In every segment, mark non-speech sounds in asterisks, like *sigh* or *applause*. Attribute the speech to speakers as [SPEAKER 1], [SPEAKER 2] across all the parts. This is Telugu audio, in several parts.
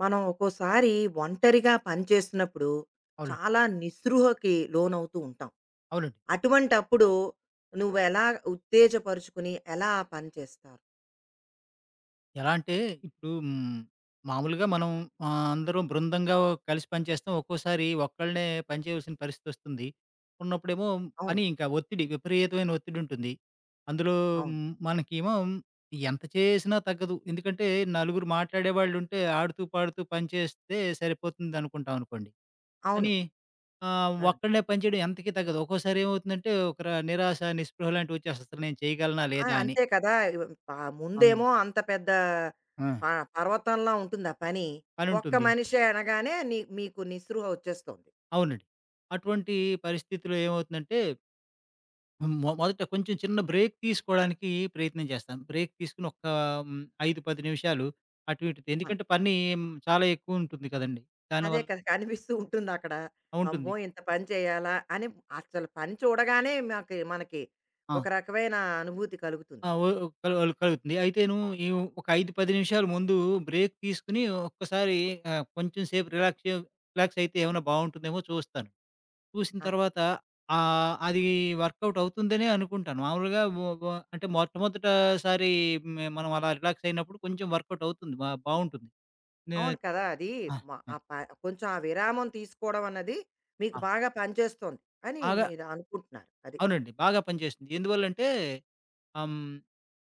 [SPEAKER 1] మనం ఒక్కోసారి ఒంటరిగా పనిచేస్తున్నప్పుడు
[SPEAKER 2] అవునండి.
[SPEAKER 1] చాలా నిస్పృహకి లోనవుతూ ఉంటాం.
[SPEAKER 2] అవునండి.
[SPEAKER 1] అటువంటప్పుడు నువ్వెలా ఉత్తేజపరుచుకుని ఎలా ఆ పని చేస్తారు?
[SPEAKER 2] ఎలా అంటే ఇప్పుడు మామూలుగా మనం అందరూ బృందంగా కలిసి పనిచేస్తాం. ఒక్కోసారి ఒక్కళ్ళనే పనిచేయవలసిన పరిస్థితొస్తుంది. ఉన్నప్పుడేమో
[SPEAKER 1] అవును.
[SPEAKER 2] పని ఇంకా ఒత్తిడి విపరీతమైన ఒత్తిడుంటుంది. అందులో
[SPEAKER 1] అవును.
[SPEAKER 2] మనకేమో ఎంత చేసినా తగ్గదు. ఎందుకంటే నలుగురు మాట్లాడేవాళ్ళుంటే ఆడుతూ, పాడుతూ పని చేస్తే సరిపోతుందనుకుంటాం అనుకోండి.
[SPEAKER 1] అవును.
[SPEAKER 2] కానీ
[SPEAKER 1] ఆ!
[SPEAKER 2] ఒక్కడినే పని చేయడం ఎంతకీ తగ్గదు. ఒక్కోసారి ఏమవుతుందంటే ఒక నిరాశ, నిస్పృహ లాంటివొచ్చేస్తాయి. అసలు నేను చేయగలనా
[SPEAKER 1] ఆ!
[SPEAKER 2] లేదా అని.
[SPEAKER 1] అంతే కదా! ఇవ్ పా
[SPEAKER 2] అన్
[SPEAKER 1] ముందేమో అంత పెద్ద
[SPEAKER 2] ఆ!
[SPEAKER 1] ప పర్వతంలా ఉంటుంది ఆ పని. ఒక్క
[SPEAKER 2] పనుంటుంది.
[SPEAKER 1] మనిషే అనగానే మీకు నిస్పృహ వచ్చేస్తోంది.
[SPEAKER 2] అవునండి. అటువంటి పరిస్థితిలో ఏమవుతుందంటే, మొదట కొంచెం చిన్న బ్రేక్ తీసుకోవడానికి ప్రయత్నం చేస్తాను. బ్రేక్ తీసుకొని ఒక్క హ్మ్, 5, 10 నిమిషాలు అటు ఇటు
[SPEAKER 1] ఆ!
[SPEAKER 2] ఎందుకంటే పని చాలా ఎక్కువుంటుంది కదండీ!
[SPEAKER 1] అదే
[SPEAKER 2] దానివల్ల
[SPEAKER 1] కదా! కనిపిస్తూ ఉంటుందక్కడ.
[SPEAKER 2] ఉంటుంది.
[SPEAKER 1] అమ్మో! ఇంత పని చేయాలా? అని అసలు పని చూడగానే మనకి
[SPEAKER 2] ఆ!
[SPEAKER 1] ఒక రకమైన అనుభూతి
[SPEAKER 2] ఆ!
[SPEAKER 1] కలుగుతుందక్కడ.
[SPEAKER 2] ఒ కల్ కలుగుతుంది. అయితేను ఈ ఒక 5, 10 నిమిషాలు ముందు బ్రేక్ తీసుకొని ఒక్కసారి కొంచెం సేపు రిలాక్స్ రిలాక్స్ అయితే ఏమైనా బావుంటుందేమో చూస్తాను. చూసిన
[SPEAKER 1] అది.
[SPEAKER 2] తర్వాత అది వర్కౌట్ అవుతుందనే అనుకుంటాను. మామూలుగా వ వ అంటే మొట్టమొదటిసారి మనం అలా రిలాక్స్ అయినప్పుడు కొంచెం వర్కౌట్ అవుతుంది. బావుంటుంది. నే
[SPEAKER 1] అవును కదా! అది
[SPEAKER 2] ఆ!
[SPEAKER 1] మ
[SPEAKER 2] ఆ!
[SPEAKER 1] ఆ ప కొంచెం ఆ విరామం తీసుకోవడం అన్నది మీకు
[SPEAKER 2] ఆ!
[SPEAKER 1] బాగా పనిచేస్తోంది అని
[SPEAKER 2] బాగా
[SPEAKER 1] మీరు అనుకుంటున్నారు. అది.
[SPEAKER 2] అవునండి. బాగా పనిచేస్తుంది. ఎందువల్లంటే ఆహ్, హ్మ్.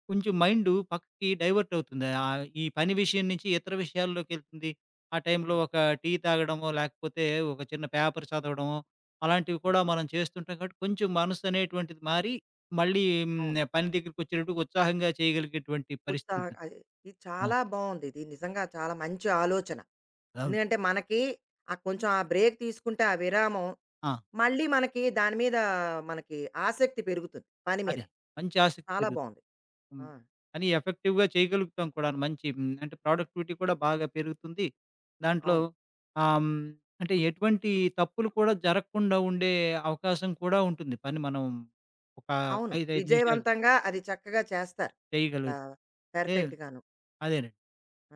[SPEAKER 2] కొంచెం మైండు పక్కకి డైవర్ట్ అవుతుంది. ఈ పని విషయం నుంచి ఇతర విషయాల్లోకెళ్తుంది. ఆ
[SPEAKER 1] ఆ!
[SPEAKER 2] టైంలో ఒక టీ తాగడమో, లేకపోతే ఒక చిన్న పేపర్ చదవడమో, అలాంటివి
[SPEAKER 1] అది.
[SPEAKER 2] కూడా మనం చేస్తుంటాం కాబట్టి కొంచెం మనసనేటువంటిది మారి, మళ్ళీ
[SPEAKER 1] అవును.
[SPEAKER 2] పని దగ్గరికొచ్చేటప్పటికి ఉత్సాహంగా చేయగలిగేటువంటి పరిస్థితి
[SPEAKER 1] ఉత్సాహం
[SPEAKER 2] ఉంటుంది.
[SPEAKER 1] అది. ఇది
[SPEAKER 2] ఆ!
[SPEAKER 1] చాలా బావుంది. ఇది నిజంగా చాలా మంచి ఆలోచన.
[SPEAKER 2] అవును.
[SPEAKER 1] ఎందుకంటే మనకి ఆ కొంచెం ఆ బ్రేక్ తీసుకుంటే ఆ విరామం
[SPEAKER 2] ఆ!
[SPEAKER 1] మళ్ళీ మనకి దాని మీద మనకి ఆసక్తి పెరుగుతుంది పని మీద.
[SPEAKER 2] అదే. మంచి ఆసక్తి
[SPEAKER 1] చాలా
[SPEAKER 2] పెరుగుతుంది.
[SPEAKER 1] బావుంది. ఆ!
[SPEAKER 2] హ్మ్. కానీ ఎఫెక్టివ్‌గా చేయగలుగుతాం కూడాను. మంచి అంటే ప్రొడక్టివిటీ కూడా బాగా పెరుగుతుంది. దాంట్లో
[SPEAKER 1] అవును.
[SPEAKER 2] ఆహ్, హ్మ్, అంటే ఎటువంటి తప్పులు కూడా జరగకుండా ఉండే అవకాశం కూడా ఉంటుంది. పని మనం ఒక
[SPEAKER 1] అవును.
[SPEAKER 2] 5, 5 నిమిషాలు
[SPEAKER 1] విజయవంతంగా అది చక్కగా చేస్తారు.
[SPEAKER 2] చేయగలుగుతాం.
[SPEAKER 1] ఆహ్,
[SPEAKER 2] ఏ
[SPEAKER 1] పర్ఫెక్ట్‌గాను.
[SPEAKER 2] అదేనండి.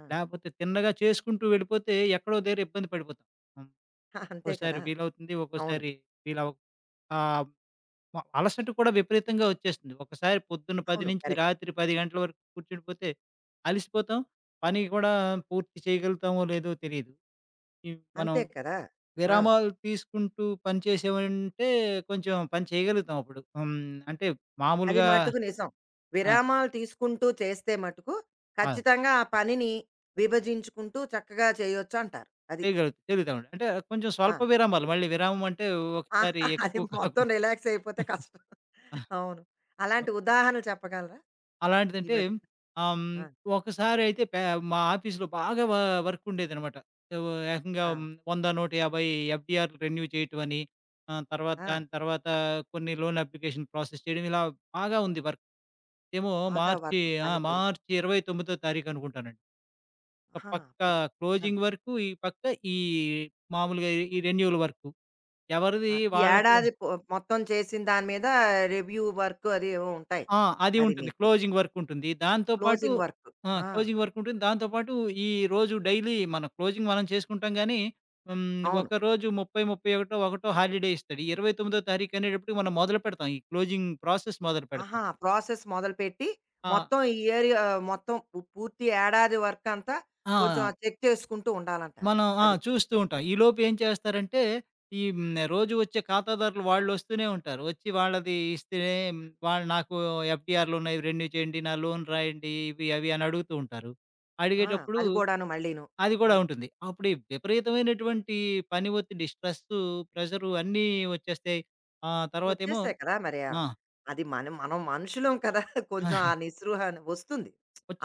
[SPEAKER 1] ఆ!
[SPEAKER 2] లేపోతే తిన్నగా చేసుకుంటూ వెళ్ళిపోతే ఎక్కడో దగ్గర ఇబ్బంది పడిపోతాం. హ్మ్.
[SPEAKER 1] హ, అంతే
[SPEAKER 2] ఒక్కోసారి
[SPEAKER 1] కదా!
[SPEAKER 2] వీలవుతుంది.
[SPEAKER 1] అవును.
[SPEAKER 2] ఒక్కోసారి వీలవ ఆహ్ మ అలసట కూడా విపరీతంగా వచ్చేస్తుంది. ఒకసారి పొద్దున్న 10
[SPEAKER 1] అవును.
[SPEAKER 2] నుంచి
[SPEAKER 1] కరెక్ట్.
[SPEAKER 2] రాత్రి 10 గంటల వరకు కూర్చుండిపోతే అలిసిపోతాం. పని కూడా పూర్తి చేయగలుగుతామో లేదో తెలీదు. ఈ మనం
[SPEAKER 1] అంతే కదా! ఆ!
[SPEAKER 2] విరామాలు తీసుకుంటూ పని చేసామంటే కొంచెం పని చేయగలుగుతాం అప్పుడు. అంటే
[SPEAKER 1] అది
[SPEAKER 2] మామూలుగా
[SPEAKER 1] మట్టుకు నిజం.
[SPEAKER 2] ఆ!
[SPEAKER 1] విరామాలు తీసుకుంటూ చేస్తే మట్టుకు
[SPEAKER 2] ఆ!
[SPEAKER 1] ఖచ్చితంగా ఆ పనిని విభజించుకుంటూ చక్కగా చేయొచ్చంటారు. అది.
[SPEAKER 2] చేయగలుగుతామండి. అంటే కొంచెం
[SPEAKER 1] ఆ!
[SPEAKER 2] స్వల్ప విరామాలు మళ్ళీ విరామం అంటే
[SPEAKER 1] ఆ,
[SPEAKER 2] ఒకసారి
[SPEAKER 1] *laughs* అది
[SPEAKER 2] ఎక్కువ
[SPEAKER 1] మొత్తం
[SPEAKER 2] కాకుండా
[SPEAKER 1] రిలాక్స్ అయిపోతే కష్టం. అవును. అలాంటి ఉదాహరణలు చెప్పగలరా? ఈ
[SPEAKER 2] అలాంటిదంటే
[SPEAKER 1] మధ్య
[SPEAKER 2] ఆహ్, హ్మ్,
[SPEAKER 1] ఆ!
[SPEAKER 2] ఒకసారయితే మా ఆఫీస్‌లో బాగా వర్క్ ఉండేదనమాట. ఏవో ఏకంగా
[SPEAKER 1] ఆ!
[SPEAKER 2] 100, 150 ఎఫ్‌డీఆర్‌లు రెన్యూ చేయటం అని, తర్వాత
[SPEAKER 1] ఆ!
[SPEAKER 2] దాని తర్వాత కొన్ని లోన్ అప్లికేషన్ ప్రాసెస్ చేయడం ఇలా బాగా ఉంది వర్క్. ఏమో
[SPEAKER 1] బాగా
[SPEAKER 2] మార్చి
[SPEAKER 1] వర్క్
[SPEAKER 2] ఆ!
[SPEAKER 1] పని పెరిగి
[SPEAKER 2] మార్చి 29తో తారీఖు అనుకుంటానండి. ఒక
[SPEAKER 1] ఆహా!
[SPEAKER 2] పక్క
[SPEAKER 1] అప్పుడు. ఆ!
[SPEAKER 2] క్లోజింగ్ వరకు, ఈ పక్క ఈ మామూలుగా ఈ రెన్యూవల్ వరకు.
[SPEAKER 1] ఆ!
[SPEAKER 2] ఎవరిది
[SPEAKER 1] ఈ
[SPEAKER 2] వాళ్ళకి
[SPEAKER 1] ఏడాది మొత్తం చేసిన దాని మీద రివ్యూ వర్క్ అది ఏవో ఉంటాయి.
[SPEAKER 2] ఆ! అది
[SPEAKER 1] అది
[SPEAKER 2] ఉంటుంది.
[SPEAKER 1] మీకు.
[SPEAKER 2] క్లోజింగ్ వర్క్ ఉంటుంది. దాంతో పాటు
[SPEAKER 1] క్లోజింగ్ వర్క్.
[SPEAKER 2] ఆ!
[SPEAKER 1] ఆ!
[SPEAKER 2] క్లోజింగ్ వర్క్ ఉంటుంది. దాంతో పాటు ఈ రోజు డైలీ మన క్లోజింగ్ మనం చేసుకుంటాం గానీ,
[SPEAKER 1] అవును.
[SPEAKER 2] ఒకరోజు 30, 31 ఒకటో ఒకటో హాలిడే ఇస్తాడు. ఈ 29 తారీఖు అనేటప్పటికి మనం మొదలు పెడతాం. ఈ క్లోజింగ్ ప్రాసెస్ మొదలు
[SPEAKER 1] ఆహా!
[SPEAKER 2] పెడతాం.
[SPEAKER 1] ప్రాసెస్ మొదలుపెట్టి
[SPEAKER 2] ఆ!
[SPEAKER 1] మొత్తం ఈ ఇయర్ ఆహ్, మొత్తం పూర్తి ఏడాది వర్క్ అంతా
[SPEAKER 2] ఆ!
[SPEAKER 1] కొంచెం చెక్ చేసుకుంటూ ఉండాలంటారు.
[SPEAKER 2] మనం ఆ!
[SPEAKER 1] అది.
[SPEAKER 2] చూస్తూ ఉంటాం. ఈలోపు ఏం చేస్తారంటే, ఈ హ్మ్. రోజు వచ్చే ఖాతాదారులు వాళ్ళొస్తూనే ఉంటారు. వచ్చి వాళ్ళది ఇస్తేనే వాళ్ళు నాకు ఎఫ్‌డిఆర్‌లున్నాయి. ఇవి రెన్యూ చేయండి. నా లోన్ రాయండి. ఇవి అవి అని అడుగుతూ ఉంటారు.
[SPEAKER 1] ఆ!
[SPEAKER 2] అడిగేటప్పుడు
[SPEAKER 1] అది కూడాను మళ్ళీను.
[SPEAKER 2] అది
[SPEAKER 1] ఆ!
[SPEAKER 2] కూడా ఉంటుంది. అప్పుడు ఈ విపరీతమైనటువంటి పని ఒత్తిడి, స్ట్రెస్సు, ప్రెషరు అన్నీ వచ్చేస్తాయి. తర్వాతేమో
[SPEAKER 1] వచ్చేసాయి కదా! మరి ఆహ్,
[SPEAKER 2] ఆ!
[SPEAKER 1] అది మనం మనం మనుషులం కదా! *laughs* కొంచెం ఆ
[SPEAKER 2] *laughs*
[SPEAKER 1] నిస్పృహ అనే- వస్తుంది.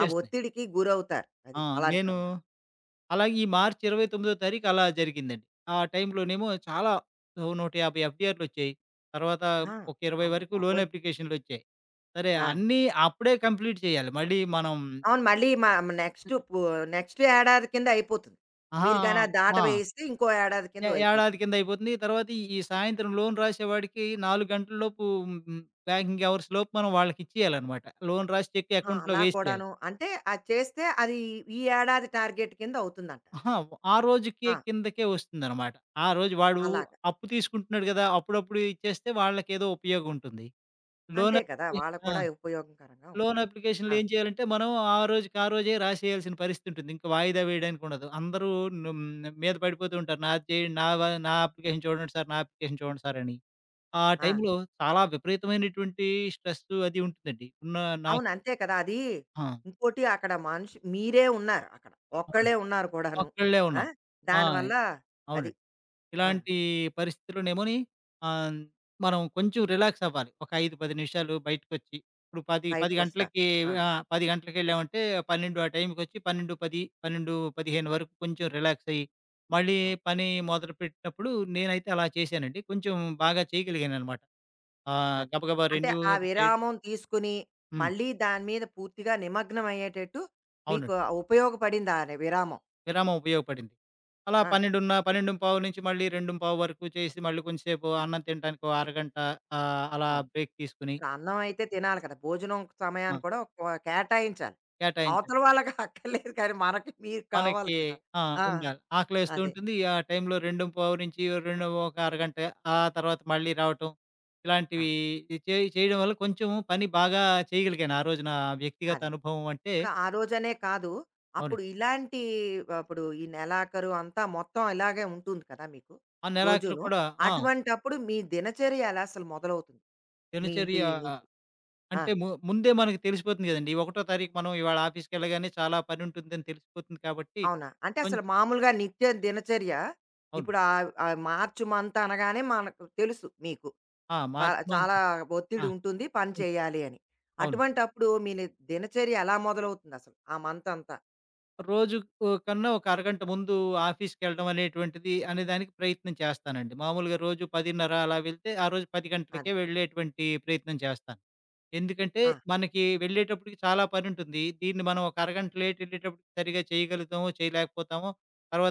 [SPEAKER 1] ఆ ఒత్తిడికి గురవుతారు. అది
[SPEAKER 2] ఆ!
[SPEAKER 1] అలాంటి
[SPEAKER 2] నేను
[SPEAKER 1] సమయం.
[SPEAKER 2] అలాగే ఈ మార్చి 29వ తారీఖు అలా జరిగిందండి. ఆ టైంలోనేమో చాలా ఓ 150 ఎఫ్‌డిఆర్‌లొచ్చాయి. తర్వాత
[SPEAKER 1] ఆ!
[SPEAKER 2] ఒక 20
[SPEAKER 1] అమ్మ
[SPEAKER 2] వరకు లోన్
[SPEAKER 1] బాబోయ్!
[SPEAKER 2] అప్లికేషన్‌లొచ్చాయి. సరే
[SPEAKER 1] ఆ!
[SPEAKER 2] అన్నీ అప్పుడే కంప్లీట్ చేయాలి. మళ్ళీ మనం
[SPEAKER 1] అవును. మళ్ళీ నెక్స్ట్ పు నెక్స్ట్ ఏడాది కింద అయిపోతుంది.
[SPEAKER 2] అహా!
[SPEAKER 1] మీరు గాని ఆ దాట
[SPEAKER 2] ఆ!
[SPEAKER 1] వేయిస్తే ఇంకో ఏడాది కింద
[SPEAKER 2] ఏడాది
[SPEAKER 1] అయిపోతుంది.
[SPEAKER 2] కింద అయిపోతుంది. తర్వాత ఈ ఈ సాయంత్రం లోన్ రాసేవాడికి 4 గంటల లోపు బ్యాంకింగ్ అవర్స్ లోపు మనం వాళ్ళకిచ్చేయాలనమాట. లోన్ రాసి చెక్
[SPEAKER 1] ఆ!
[SPEAKER 2] అకౌంట్‌లో
[SPEAKER 1] అలా
[SPEAKER 2] వేసేయాలి.
[SPEAKER 1] కూడాను. అంటే అది చేస్తే అది ఈ ఏడాది టార్గెట్ కింద అవుతుందంటారు.
[SPEAKER 2] అహా! ఆ రోజుకి
[SPEAKER 1] ఆ!
[SPEAKER 2] కిందకే వస్తుందనమాట. ఆ రోజు వాడు
[SPEAKER 1] అలాగా.
[SPEAKER 2] అప్పు తీసుకుంటున్నాడు గదా! అప్పుడప్పుడు ఇచ్చేస్తే వాళ్ళకేదో ఉపయోగం ఉంటుంది. లోన్
[SPEAKER 1] అంతే కదా!
[SPEAKER 2] అప్లి
[SPEAKER 1] వాళ్ళకి
[SPEAKER 2] ఆ!
[SPEAKER 1] కూడా ఉపయోగకరంగా
[SPEAKER 2] లోన్
[SPEAKER 1] ఉంటుంది.
[SPEAKER 2] అప్లికేషన్‌లో
[SPEAKER 1] ఆ!
[SPEAKER 2] ఏం చేయాలంటే మనం ఆ రోజుకి ఆ రోజే రాసేయాల్సిన పరిస్థితి ఉంటుంది. ఇంకా వాయిదా వేయడానికి ఉండదు. అందరూ ను మీద పడిపోతూ ఉంటారు. నాది చేయండి. నా అప్లికేషన్ చూడండి సార్, నా అప్లికేషన్ చూడండి సార్ అని. ఆ
[SPEAKER 1] ఆ!
[SPEAKER 2] టైంలో చాలా విపరీతమైనటువంటి స్ట్రెస్సు అది ఉంటుందండి. ఉన్న నాకు
[SPEAKER 1] అవును. అంతే కదా! అది
[SPEAKER 2] ఆ!
[SPEAKER 1] ఇంకోటి అక్కడ మనిషి మీరే ఉన్నారు అక్కడ.
[SPEAKER 2] అవునండి.
[SPEAKER 1] ఒక్కళ్ళే ఉన్నారు కూడాను.
[SPEAKER 2] ఒక్కళ్ళే
[SPEAKER 1] ఆ!
[SPEAKER 2] ఉన్నాం. ఆ!
[SPEAKER 1] దానివల్ల అది.
[SPEAKER 2] అవునండి.
[SPEAKER 1] ఆ!
[SPEAKER 2] ఇలాంటి పరిస్థితుల్లోనేమోని ఆహ్, మనం కొంచెం రిలాక్స్ అవ్వాలి. ఒక 5, 10 నిమిషాలు బయటకొచ్చి ఇప్పుడు 10
[SPEAKER 1] బయటకొస్తారు.
[SPEAKER 2] గంటలకి
[SPEAKER 1] ఆ!
[SPEAKER 2] 10 గంటలకెళ్ళామంటే 12 ఆ టైంకొచ్చి 12:10, 12:15 వరకు కొంచెం రిలాక్స్ అయ్యి, మళ్ళీ
[SPEAKER 1] అవును.
[SPEAKER 2] పని మొదలుపెట్టినప్పుడు నేనైతే అలా చేశానండి. కొంచెం బాగా చేయగలిగాననమాట.
[SPEAKER 1] అది.
[SPEAKER 2] గబగబా
[SPEAKER 1] అంటే
[SPEAKER 2] రెన్యూ
[SPEAKER 1] ఆ
[SPEAKER 2] చేయ
[SPEAKER 1] విరామం తీసుకుని,
[SPEAKER 2] హ్మ్.
[SPEAKER 1] మళ్ళీ దాని మీద పూర్తిగా నిమగ్నం అయ్యేటట్టు మీకు
[SPEAKER 2] అవునండి.
[SPEAKER 1] ఉపయోగపడింది ఆ విరామం.
[SPEAKER 2] విరామం ఉపయోగపడింది. అలా
[SPEAKER 1] ఆ!
[SPEAKER 2] 12:15 నుంచి మళ్ళీ 2:15 వరకు చేసి, మళ్ళీ కొంచెంసేపు అన్నం తినటానికి ఓ అరగంట అలా
[SPEAKER 1] అవును.
[SPEAKER 2] బ్రేక్ తీసుకొని
[SPEAKER 1] ఇప్పుడు అన్నం అయితే తినాలి కదా! భోజనం
[SPEAKER 2] ఆ!
[SPEAKER 1] సమయాన్ని కూడా ఒక కేటాయించాలి.
[SPEAKER 2] కేటాయించాలి.
[SPEAKER 1] అవతల వాళ్ళకి *laughs* అక్కర్లేదు కానీ మీకు కావాలి
[SPEAKER 2] మనకి
[SPEAKER 1] కదా!
[SPEAKER 2] ఆ!
[SPEAKER 1] ఆ!
[SPEAKER 2] ఉండాలి. ఆకలేస్తూ
[SPEAKER 1] అదే.
[SPEAKER 2] ఉంటుంది. ఆ టైంలో 2:15 నుంచి ఒక అరగంట ఆ తర్వాత మళ్ళీ రావటం.
[SPEAKER 1] ఆ!
[SPEAKER 2] ఇలాంటివి చేయడం వల్ల కొంచెం పని బాగా చేయగలిగాను. ఆ రోజు నా వ్యక్తిగత
[SPEAKER 1] అదే.
[SPEAKER 2] అనుభవం అంటే
[SPEAKER 1] ఇప్పుడు ఆ రోజనే కాదు. అప్పుడు
[SPEAKER 2] అవునండి.
[SPEAKER 1] ఇలాంటి అప్పుడు ఈ నెలాఖరు అంతా మొత్తం ఇలాగే ఉంటుంది కదా మీకు
[SPEAKER 2] ఆ నెలాఖరు
[SPEAKER 1] రోజును.
[SPEAKER 2] కూడా ఆ!
[SPEAKER 1] అటువంటప్పుడు మీ దినచర్య ఎలా అసలు మొదలవుతుంది? మీ ఇంటి
[SPEAKER 2] దినచర్య
[SPEAKER 1] నుంచి? ఆ!
[SPEAKER 2] అంటే ముందే మనకు తెలిసిపోతుంది గదండీ! 1 తారీఖు మనం ఇవాళ ఆఫీస్‌కెళ్ళగానే చాలా పనుంటుందని తెలిసిపోతుంది కాబట్టి
[SPEAKER 1] అవునా? అంటే అసలు
[SPEAKER 2] కొంచెం
[SPEAKER 1] మామూలుగా నిత్య దినచర్య
[SPEAKER 2] అవును.
[SPEAKER 1] ఇప్పుడు ఆహ్, ఆహ్, మార్చి మంత్ అనగానే మనకు తెలుసు మీకు.
[SPEAKER 2] ఆ!
[SPEAKER 1] ప
[SPEAKER 2] మార్చి మంత్
[SPEAKER 1] చాలా
[SPEAKER 2] ఆ!
[SPEAKER 1] ఒత్తిడి ఉంటుంది పని
[SPEAKER 2] ఉంటుంది.
[SPEAKER 1] చేయాలి అని.
[SPEAKER 2] అవును.
[SPEAKER 1] అటువంటప్పుడు మీ దినచర్య ఎలా మొదలవుతుంది అసలు? ఆ మంత్ అంతా.
[SPEAKER 2] రోజు ఓ కన్నా ఒక అరగంట ముందు ఆఫీస్‌కెళ్ళడం అనేటువంటిది అనే దానికి ప్రయత్నం చేస్తానండి. మామూలుగా రోజు 10:30 అలా వెళ్తే, ఆ రోజు 10
[SPEAKER 1] అదే.
[SPEAKER 2] గంటలకే వెళ్ళేటువంటి ప్రయత్నం చేస్తాను. ఎందుకంటే,
[SPEAKER 1] ఆ!
[SPEAKER 2] మనకి వెళ్ళేటప్పటికి చాలా పనుంటుంది. దీన్ని మనం ఒక అరగంట లేట్ ఎళ్ళేటప్పటికి సరిగ్గా చేయగలుగుతామో, చేయలేకపోతామో,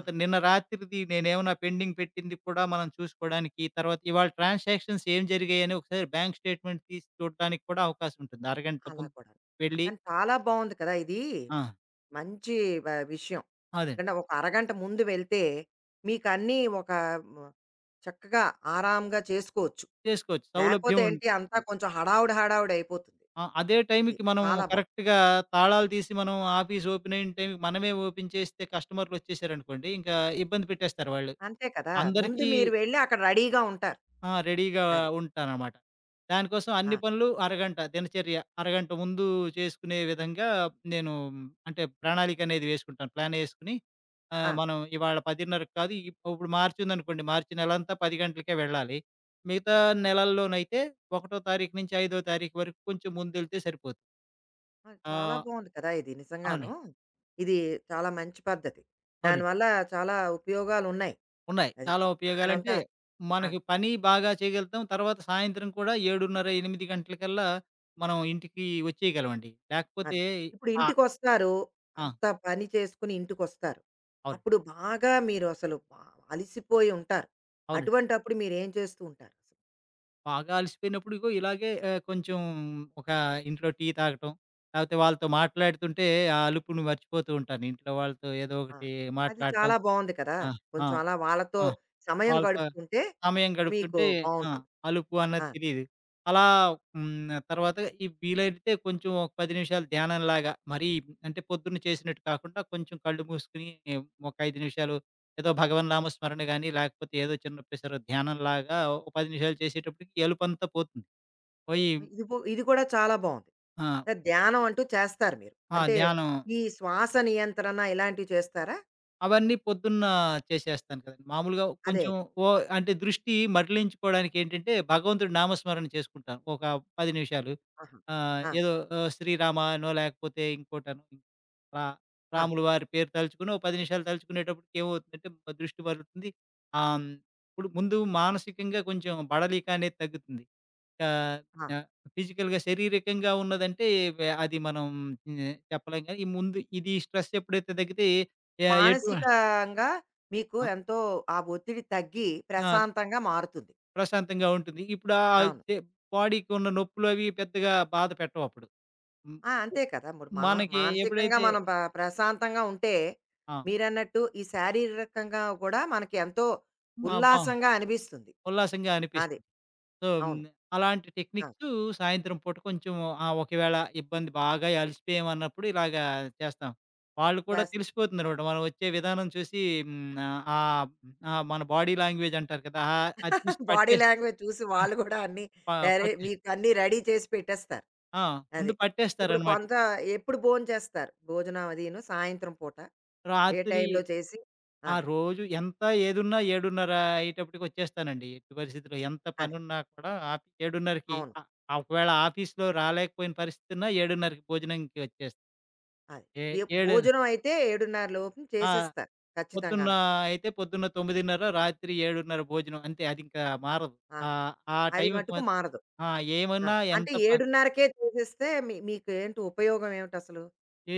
[SPEAKER 1] ఆ!
[SPEAKER 2] నిన్న రాత్రిది నేనేమన్నా పెండింగ్ పెట్టింది కూడా మనం చూసుకోవడానికి, తర్వాత ఇవాళ ట్రాన్సాక్షన్స్ ఏం జరిగాయని ఒకసారి బ్యాంక్ స్టేట్‌మెంట్ తీసి చూడడానికి కూడా అవకాశం ఉంటుంది. అరగంట
[SPEAKER 1] అలా
[SPEAKER 2] ముందు
[SPEAKER 1] కూడా.
[SPEAKER 2] వెళ్ళి
[SPEAKER 1] కానీ చాలా బావుంది కదా ఇది.
[SPEAKER 2] ఆ!
[SPEAKER 1] మంచి వ విషయం.
[SPEAKER 2] అదే.
[SPEAKER 1] ఎందుకంటే ఒక అరగంట ముందు వెళ్తే మీకన్నీ ఒక మ చక్కగా ఆరాంగా చేసుకోవచ్చు.
[SPEAKER 2] చేసుకోవచ్చు.
[SPEAKER 1] లేపోతే
[SPEAKER 2] సౌలభ్యం ఉం
[SPEAKER 1] ఏంటి అంతా కొంచెం హడావుడి అయిపోతుంది.
[SPEAKER 2] ఆ! అదే
[SPEAKER 1] ఇది
[SPEAKER 2] టైంకి మనం
[SPEAKER 1] చాలా బావుంది.
[SPEAKER 2] కరెక్ట్‌గా తాళాలు తీసి మనం ఆఫీస్ ఓపెన్ అయిన టైంకి మనమే ఓపెన్ చేస్తే కస్టమర్‌లొచ్చేసారనుకోండి, ఇంకా ఇబ్బంది పెట్టేస్తారు వాళ్ళు.
[SPEAKER 1] అంతే కదా! ముందు
[SPEAKER 2] అందరికీ
[SPEAKER 1] మీరు వెళ్లి అక్కడ రెడీగా ఉంటారు.
[SPEAKER 2] ఆ! రెడీగా
[SPEAKER 1] అది.
[SPEAKER 2] ఉంటాననమాట. దానికోసం
[SPEAKER 1] ఆ!
[SPEAKER 2] అన్ని పనులు అరగంట దినచర్య అరగంట ముందు చేసుకునే విధంగా నేను అంటే ప్రణాళిక అనేది వేసుకుంటాను. ప్లాన్ వేసుకొని
[SPEAKER 1] ఆ!
[SPEAKER 2] మనం ఇవాళ 10:30కి కాదు ఇప్పుడు మార్చి ఉందనుకోండి. మార్చి నెలంతా 10 గంటలకే వెళ్ళాలి. మిగతా
[SPEAKER 1] ఆ!
[SPEAKER 2] నెలల్లోనైతే ఒకటో తారీఖు నుంచి ఐదో తారీఖు వరకు కొంచెం ముందెళ్తే సరిపోతుంది.
[SPEAKER 1] ఆ! చాలా
[SPEAKER 2] ఆహ్,
[SPEAKER 1] బావుంది కదా! ఇది నిజంగాను.
[SPEAKER 2] అవునండి.
[SPEAKER 1] ఇది చాలా మంచి పద్ధతి.
[SPEAKER 2] అవునండి.
[SPEAKER 1] దానివల్ల చాలా ఉపయోగాలున్నాయి.
[SPEAKER 2] ఉన్నాయి.
[SPEAKER 1] అది.
[SPEAKER 2] చాలా
[SPEAKER 1] అక్కడంతా
[SPEAKER 2] ఉపయోగాలంటే,
[SPEAKER 1] ఆ!
[SPEAKER 2] మనకి పని బాగా చేయగలుగుతాం. తర్వాత సాయంత్రం కూడా 7:30, 8 గంటలకల్లా మనం ఇంటికి వచ్చేయగలమండి.
[SPEAKER 1] అది.
[SPEAKER 2] లేకపోతే
[SPEAKER 1] ఇప్పుడు
[SPEAKER 2] ఆ!
[SPEAKER 1] ఇంటికొస్తారు.
[SPEAKER 2] ఆ!
[SPEAKER 1] అంత పని చేసుకొని ఇంటికొస్తారు.
[SPEAKER 2] అవునండి.
[SPEAKER 1] అప్పుడు బాగా మీరు అసలు అలిసిపోయి ఉంటారు.
[SPEAKER 2] అవునండి.
[SPEAKER 1] అటువంటప్పుడు మీరేం చేస్తూ ఉంటారు? అసలు?
[SPEAKER 2] బాగా అలసిపోయినప్పుడు ఇగో ఇలాగే కొంచెం ఒక ఇంట్లో టీ తాగటం, లేకపోతే వాళ్ళతో మాట్లాడుతుంటే ఆ అలుపుని మర్చిపోతూ ఉంటాను. ఇంట్లో వాళ్ళతో ఏదో
[SPEAKER 1] ఆ!
[SPEAKER 2] ఒకటి
[SPEAKER 1] అది
[SPEAKER 2] మాట్లాడటం.
[SPEAKER 1] చాలా బావుంది కదా!
[SPEAKER 2] ఆ! ఆ!
[SPEAKER 1] కొంచెం అలా వాళ్ళతో
[SPEAKER 2] ఆ!
[SPEAKER 1] సమయం
[SPEAKER 2] వాళ్ళతో
[SPEAKER 1] గడుపుతుంటే
[SPEAKER 2] సమయం
[SPEAKER 1] మీకు
[SPEAKER 2] గడుపుతుంటే ఆ!
[SPEAKER 1] బావుంటుంది.
[SPEAKER 2] అలుపు
[SPEAKER 1] ఆ!
[SPEAKER 2] అన్నది తెలీదు. అలా తర్వాత ఈ వీలైతే కొంచెం ఒక 10 నిమిషాలు ధ్యానంలాగా మరీ అంటే పొద్దున్న చేసినట్టు కాకుండా కొంచెం కళ్ళు మూసుకొని ఒక 5 నిమిషాలు ఏదో భగవన్ నామ స్మరణ గాని, లేకపోతే ఏదో చిన్న ప్రెషర్ ధ్యానంలాగా ఓ 10 నిమిషాలు చేసేటప్పటికి ఎలుపంతా పోతుంది. పోయి
[SPEAKER 1] ఇది కూడా చాలా బావుంది.
[SPEAKER 2] ఆ!
[SPEAKER 1] ఆహ్, ధ్యానం అంటూ చేస్తారు మీరు.
[SPEAKER 2] ఆ!
[SPEAKER 1] అంటే
[SPEAKER 2] ధ్యానం
[SPEAKER 1] ఈ శ్వాస నియంత్రణ ఇలాంటివి చేస్తారా?
[SPEAKER 2] అవన్నీ పొద్దున్న చేసేస్తాను కదండీ. మామూలుగా
[SPEAKER 1] అదే.
[SPEAKER 2] కొంచెం ఓ అంటే దృష్టి మరలించుకోవడానికేంటంటే, భగవంతుడి నామస్మరణ చేసుకుంటాను. ఒక 10 నిమిషాలు.
[SPEAKER 1] ఆహా! ఆ!
[SPEAKER 2] ఏదో శ్రీరామ అనో, లేకపోతే ఇంకోటనో, రా
[SPEAKER 1] ఆ!
[SPEAKER 2] రాముల వారి పేరు తలుచుకొని, ఓ 10 నిమిషాలు తలుచుకునేటప్పటికి ఏమవుతుందంటే, దృష్టి మరలుతుంది. ఆహ్, హ్మ్, ఇప్పుడు ముందు మానసికంగా కొంచెం బడలిక అనేది తగ్గుతుంది. ఆహ్,
[SPEAKER 1] ఆ!
[SPEAKER 2] ఆహ్, ఫిజికల్‌గా, శారీరకంగా ఉన్నదంటే, అది మనం చెప్పలేం కానీ, ఈ ముందు ఇది స్ట్రెస్ ఎప్పుడైతే తగ్గితే ఎ ఎటువ
[SPEAKER 1] మానసికంగా మీకు
[SPEAKER 2] ఆ!
[SPEAKER 1] ఎంతో ఆ ఒత్తిడి తగ్గి
[SPEAKER 2] ఆ!
[SPEAKER 1] ప్రశాంతంగా మారుతుంది.
[SPEAKER 2] ప్రశాంతంగా ఉంటుంది. ఇప్పుడు ఆహ్,
[SPEAKER 1] అవును.
[SPEAKER 2] చే బాడీకి ఉన్న నొప్పులు అవి పెద్దగా బాధ పెట్టవు అప్పుడు. హ్మ్.
[SPEAKER 1] ఆ!
[SPEAKER 2] ఒ
[SPEAKER 1] అంతే కదా! మరి
[SPEAKER 2] మనకి
[SPEAKER 1] మానసికంగా
[SPEAKER 2] ఎప్పుడైతే
[SPEAKER 1] మనం ప్రశాంతంగా ఉంటే
[SPEAKER 2] ఆ!
[SPEAKER 1] మీరన్నట్టు ఈ శారీరకంగా కూడా మనకి ఎంతో
[SPEAKER 2] మా బా
[SPEAKER 1] ఉల్లాసంగా అనిపిస్తుంది.
[SPEAKER 2] ఉల్లాసంగా
[SPEAKER 1] అది.
[SPEAKER 2] అనిపిస్తుంది. సో,
[SPEAKER 1] అవును.
[SPEAKER 2] అలాంటి
[SPEAKER 1] ఆ!
[SPEAKER 2] టెక్నిక్సు సాయంత్రం పూట కొంచెం ఒకవేళ బాగా అలసిపోయామన్నప్పుడు ఇలాగా చేస్తాం. వాళ్ళు కూడా
[SPEAKER 1] చేస్తా.
[SPEAKER 2] తెలిసిపోతుందనమాట. మనం వచ్చే విధానం చూసి హ్మ్, ఆహ్, మన బాడీ లాంగ్వేజ్ అంటారు కదా! అది చూసి
[SPEAKER 1] బాడీ
[SPEAKER 2] పట్టేస్
[SPEAKER 1] లాంగ్వేజ్ *laughs* చూసి వాళ్ళు గూడా అన్నీ
[SPEAKER 2] ప
[SPEAKER 1] అరే!
[SPEAKER 2] పట్టే
[SPEAKER 1] మీకు అన్నీ రెడీ చేసి పెట్టేస్తారు.
[SPEAKER 2] ఆ!
[SPEAKER 1] అది.
[SPEAKER 2] ముందు
[SPEAKER 1] ఇప్పుడు
[SPEAKER 2] పట్టేస్తారనమాట.
[SPEAKER 1] కొంత ఎప్పుడు భోంచేస్తారు? భోజనం అదీను సాయంత్రం పూట ఏ
[SPEAKER 2] రాత్రి
[SPEAKER 1] టైంలో చేసి ఆ!
[SPEAKER 2] ఆ రోజు ఎంత ఏదున్నా 7:30 అయ్యేటప్పటికొచ్చేస్తానండి. ఎట్టి పరిస్థితిలో ఎంత
[SPEAKER 1] అదే.
[SPEAKER 2] పనున్నా కూడా 7:30కి
[SPEAKER 1] అవును.
[SPEAKER 2] ఆ! ఆ ఒకవేళ ఆఫీస్‌లో రాలేకపోయిన పరిస్థితున్నా 7:30కి భోజనంకి వచ్చేస్తా.
[SPEAKER 1] అది.
[SPEAKER 2] ఏ ఏడు
[SPEAKER 1] భోజనం అయితే 7:30 లోపు
[SPEAKER 2] ఆ!
[SPEAKER 1] చేసేస్తారు
[SPEAKER 2] పొద్దున్న
[SPEAKER 1] ఖచ్చితంగాను.
[SPEAKER 2] అయితే పొద్దున్న 9:30 రాత్రి 7:30 భోజనం అంతే అదింకా మారదు.
[SPEAKER 1] ఆ!
[SPEAKER 2] ఆ
[SPEAKER 1] అది
[SPEAKER 2] టైంకి
[SPEAKER 1] మట్టుకు
[SPEAKER 2] మాత్రం
[SPEAKER 1] మారదు.
[SPEAKER 2] ఆ!
[SPEAKER 1] ఆ!
[SPEAKER 2] ఏమన్నా
[SPEAKER 1] అంటే
[SPEAKER 2] ఎంత ప
[SPEAKER 1] 7:30కే చేసేస్తే మీకేంటి ఉపయోగం ఏమిటసలు?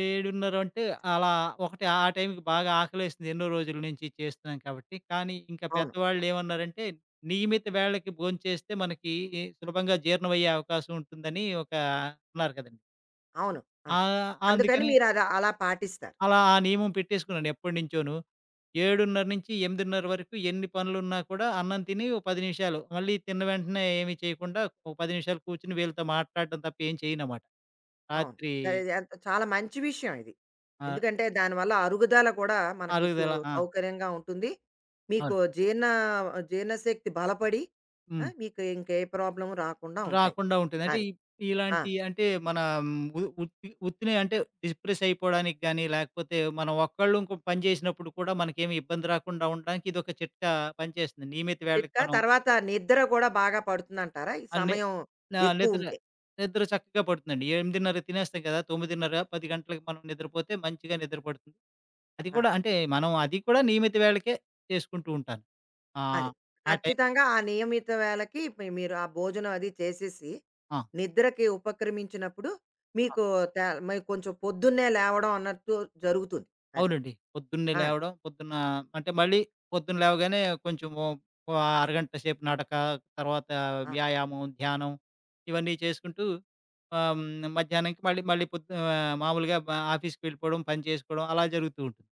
[SPEAKER 2] 7:30 అంటే అలా ఒకటి ఆ టైంకి బాగా ఆకలేసింది ఎన్నో రోజుల నుంచి చేస్తున్నాం కాబట్టి. కానీ ఇంకా
[SPEAKER 1] అవును.
[SPEAKER 2] పెద్దవాళ్ళు ఏమన్నారంటే, నియమిత వేళకి భోంచేస్తే మనకి సులభంగా జీర్ణమయ్యే అవకాశం ఉంటుందని ఒక అన్నారు కదండీ.
[SPEAKER 1] అవును. అది. అందుకని
[SPEAKER 2] అందుకని
[SPEAKER 1] మీరలా పాటిస్తారు.
[SPEAKER 2] అలా ఆ నియమం పెట్టేసుకున్నాను ఎప్పటినుంచోను. 7:30-8:30 వరకు ఎన్ని పనులున్నా కూడా అన్నం తిని ఓ 10 నిమిషాలు మళ్ళీ తిన్న వెంటనే ఏమి చేయకుండా ఒక 10 నిమిషాలు కూర్చొని వీళ్ళతో మాట్లాడడం తప్ప ఏం చేయనమాట.
[SPEAKER 1] అవును.
[SPEAKER 2] రాత్రి
[SPEAKER 1] అది ఎంత చాలా మంచి విషయం ఇది.
[SPEAKER 2] ఆహ్,
[SPEAKER 1] ఎందుకంటే దానివల్ల అరుగుదల కూడా మనకి
[SPEAKER 2] అరుగుదల ఆ!
[SPEAKER 1] సౌకర్యంగా ఉంటుంది. మీకు
[SPEAKER 2] అవును.
[SPEAKER 1] జీర్ణశక్తి బలపడి, ఆ!
[SPEAKER 2] హ్మ్.
[SPEAKER 1] మీకు ఇంకే ప్రాబ్లమ్ రాకుండా ఉంటాయి.
[SPEAKER 2] రాకుండా ఉంటుంది. అంటే,
[SPEAKER 1] అది. ఆ!
[SPEAKER 2] ఇలాంటి అంటే, మన ఉ ఉత్తి ఉత్తినే అంటే డిప్రెస్ అయిపోవడానికి గానీ, లేకపోతే మనం ఒక్కళ్ళు ఇంకో పని చేసినప్పుడు కూడా మనకేమి ఇబ్బంది రాకుండా ఉండడానికి ఇదొక చిట్కా పనిచేస్తుంది. నియమిత వేళకి
[SPEAKER 1] చిట్కా.
[SPEAKER 2] మనం
[SPEAKER 1] తర్వాత నిద్ర కూడా బాగా పడుతుందంటారా? ఈ
[SPEAKER 2] అన్ని
[SPEAKER 1] సమయం
[SPEAKER 2] నా నిద్ర
[SPEAKER 1] ఎక్కువుంటే.
[SPEAKER 2] నిద్ర చక్కగా పడుతుందండి. 8:30 తినేస్తాం కదా! 9:30, 10 గంటలకి మనం నిద్రపోతే మంచిగా నిద్ర పడుతుంది. అది
[SPEAKER 1] ఆ!
[SPEAKER 2] కూడా అంటే, మనం అది కూడా నియమిత వేళకే చేసుకుంటూ ఉంటాను. ఆ!
[SPEAKER 1] అది.
[SPEAKER 2] ఆ టైం
[SPEAKER 1] ఖచ్చితంగా ఆ నియమిత వేళకి మీరు ఆ భోజనం అది చేసేసి,
[SPEAKER 2] ఆ!
[SPEAKER 1] నిద్రకి ఉపక్రమించినప్పుడు మీకు త మరి కొంచెం పొద్దున్నే లేవడం అన్నట్టు జరుగుతుంది. అది.
[SPEAKER 2] అవునండి. పొద్దున్నే
[SPEAKER 1] ఆ!
[SPEAKER 2] లేవడం, పొద్దున్న అంటే మళ్ళీ పొద్దున్న లేవగానే కొంచెం ఓ ఓ అరగంట సేపు నడక, తర్వాత
[SPEAKER 1] ఆ!
[SPEAKER 2] వ్యాయామం, ధ్యానం ఇవన్నీ చేసుకుంటూ ఆహ్, హ్మ్. మధ్యాహ్నానికి మళ్ళీ మళ్ళీ మామూలుగా ఆఫీస్‌కి వెళ్ళిపోవడం, పని చేసుకోవడం అలా జరుగుతూ ఉంటుంది.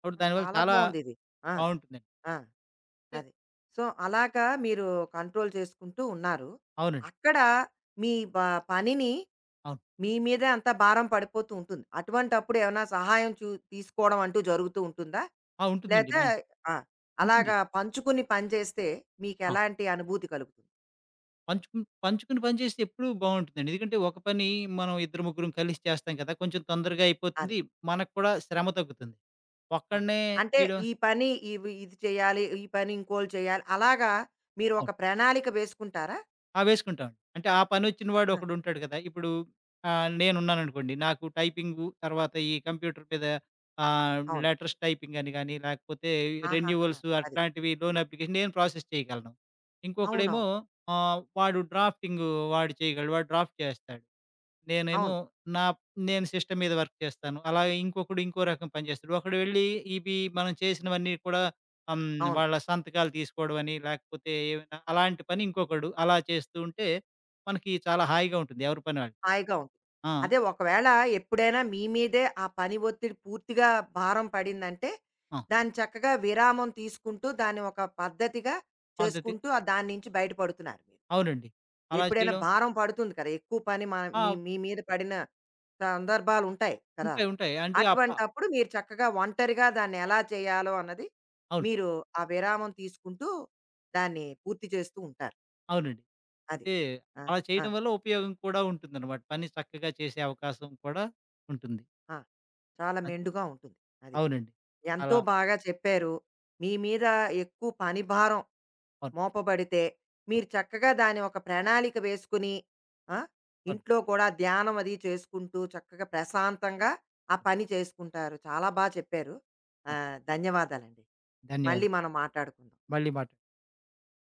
[SPEAKER 2] కాబట్టి
[SPEAKER 1] ఆ!
[SPEAKER 2] దానివల్ల
[SPEAKER 1] చాలా
[SPEAKER 2] చాలా
[SPEAKER 1] బావుందిది. ఆ!
[SPEAKER 2] బావుంటుందండి.
[SPEAKER 1] ఆ!
[SPEAKER 2] అంటే
[SPEAKER 1] అది. సో, అలాగా మీరు కంట్రోల్ చేసుకుంటూ ఉన్నారు.
[SPEAKER 2] అవునండి.
[SPEAKER 1] అక్కడ మీ బ పనిని
[SPEAKER 2] అవును.
[SPEAKER 1] మీ మీదే అంత భారం పడిపోతూ ఉంటుంది. అటువంటప్పుడు ఏమైనా సహాయం తీసుకోవడం అంటూ జరుగుతూ ఉంటుందా?
[SPEAKER 2] ఆ! ఉంటుందండి.
[SPEAKER 1] లేతే ఆ!
[SPEAKER 2] ఉంటుంది.
[SPEAKER 1] అలాగా పంచుకుని పని చేస్తే
[SPEAKER 2] ఆ!
[SPEAKER 1] మీకెలాంటి అనుభూతి కలుగుతుంది?
[SPEAKER 2] పంచుకుని పంచుకుని పని చేస్తే ఎప్పుడూ బావుంటుందండి. ఎందుకంటే ఒక పని మనం ఇద్దరు, ముగ్గురం కలిసి చేస్తాం కదా! కొంచెం తొందరగా
[SPEAKER 1] అది.
[SPEAKER 2] అయిపోతుంది. మనకు కూడా శ్రమ తగ్గుతుంది.
[SPEAKER 1] ఆ!
[SPEAKER 2] ఒక్కడినే
[SPEAKER 1] అంటే
[SPEAKER 2] చేయడం
[SPEAKER 1] ఈ పని ఇది చేయాలి, ఈ పని ఇంకోళ్ళు చేయాలి. అలాగా మీరు ఒక
[SPEAKER 2] అవును.
[SPEAKER 1] ప్రణాళిక వేసుకుంటారా?
[SPEAKER 2] ఆ! వేసుకుంటాం. అంటే ఆ పనొచ్చిన వాడు
[SPEAKER 1] ఆ!
[SPEAKER 2] ఒకడుంటాడు కదా! ఇప్పుడు నేనున్నాననుకోండి. నాకు టైపింగు తర్వాత ఈ కంప్యూటర్ మీద ఆహ్,
[SPEAKER 1] అవును.
[SPEAKER 2] లెటర్స్ టైపింగ్ అని గాని, లేకపోతే
[SPEAKER 1] ఆహాహా!
[SPEAKER 2] రెన్యువల్స్
[SPEAKER 1] అది.
[SPEAKER 2] అట్లాంటివి లోన్ అప్లికేషన్ నేను ప్రాసెస్ చేయగలను.
[SPEAKER 1] అవునవును.
[SPEAKER 2] ఇంకొకడేమో వాడు డ్రాఫ్టింగు వాడు చేయగలడు. వాడు డ్రాఫ్ట్ చేస్తాడు. నేనేమో
[SPEAKER 1] అవును.
[SPEAKER 2] నా నేను సిస్టమ్ మీద వర్క్ చేస్తాను. అలా ఇంకొకడు ఇంకో రకం పని చేస్తాడు. ఒకడు వెళ్ళి ఇవి మనం చేసినవన్నీ కూడా హ్మ్.
[SPEAKER 1] అవును.
[SPEAKER 2] వాళ్ళ సంతకాలు తీసుకోవడం అని, లేకపోతే ఏమైనా అలాంటి పని ఇంకొకడు అలా చేస్తూ ఉంటే మనకి చాలా హాయిగా ఉంటుంది. ఎవరి పని వాళ్ళు.
[SPEAKER 1] హాయిగా ఉంటుంది.
[SPEAKER 2] ఆ!
[SPEAKER 1] అదే ఒకవేళ ఎప్పుడైనా మీ మీదే ఆ పని ఒత్తిడి పూర్తిగా భారం పడిందంటే,
[SPEAKER 2] ఆ!
[SPEAKER 1] దాన్ని చక్కగా విరామం తీసుకుంటూ, దాన్ని ఒక పద్ధతిగా
[SPEAKER 2] పద్ధతి
[SPEAKER 1] చేసుకుంటూ ఆహ్, దాని నుంచి బయటపడుతున్నారు మీరు.
[SPEAKER 2] అవునండి. అలా
[SPEAKER 1] ఎప్పుడైనా
[SPEAKER 2] చేయడం
[SPEAKER 1] భారం పడుతుంది కదా! ఎక్కువ పని మ నీ
[SPEAKER 2] ఆ!
[SPEAKER 1] మీ మీద పడిన సందర్భాలుంటాయి కదా!
[SPEAKER 2] ఉంటాయి. ఉంటాయి. అంటే ఆ ప
[SPEAKER 1] అటువంటప్పుడు మీరు చక్కగా ఒంటరిగా దాన్ని ఎలా చేయాలో అన్నది
[SPEAKER 2] అవును.
[SPEAKER 1] మీరు ఆ విరామం తీసుకుంటూ, దాన్ని పూర్తి చేస్తూ ఉంటారు.
[SPEAKER 2] అవునండి.
[SPEAKER 1] అది.
[SPEAKER 2] అయితే
[SPEAKER 1] ఆ!
[SPEAKER 2] అలా
[SPEAKER 1] ఆ!
[SPEAKER 2] చేయడం వల్ల ఉపయోగం కూడా ఉంటుందన్నమాట. పని చక్కగా చేసే అవకాశం కూడా ఉంటుంది.
[SPEAKER 1] ఆ! చాలా
[SPEAKER 2] అది
[SPEAKER 1] మెండుగా ఉంటుంది. అది.
[SPEAKER 2] అవునండి.
[SPEAKER 1] ఎంతో
[SPEAKER 2] అలా
[SPEAKER 1] బాగా చెప్పారు. మీ మీద ఎక్కువ పని భారం
[SPEAKER 2] అవును.
[SPEAKER 1] మోపబడితే,
[SPEAKER 2] అవును.
[SPEAKER 1] మీరు చక్కగా దాన్ని ఒక ప్రణాళిక వేసుకుని, ఆ!
[SPEAKER 2] అవును.
[SPEAKER 1] ఇంట్లో కూడా ధ్యానం అది చేసుకుంటూ, చక్కగా ప్రశాంతంగా ఆ
[SPEAKER 2] అవును.
[SPEAKER 1] పని చేసుకుంటారు. చాలా చెప్పారు. ఆహ్, ధన్యవాదాలండి. మళ్ళీ
[SPEAKER 2] ధన్యవాదాలు.
[SPEAKER 1] మనం మాట్లాడుకుందాం.
[SPEAKER 2] మళ్ళీ మాట్లాడుకుందాం.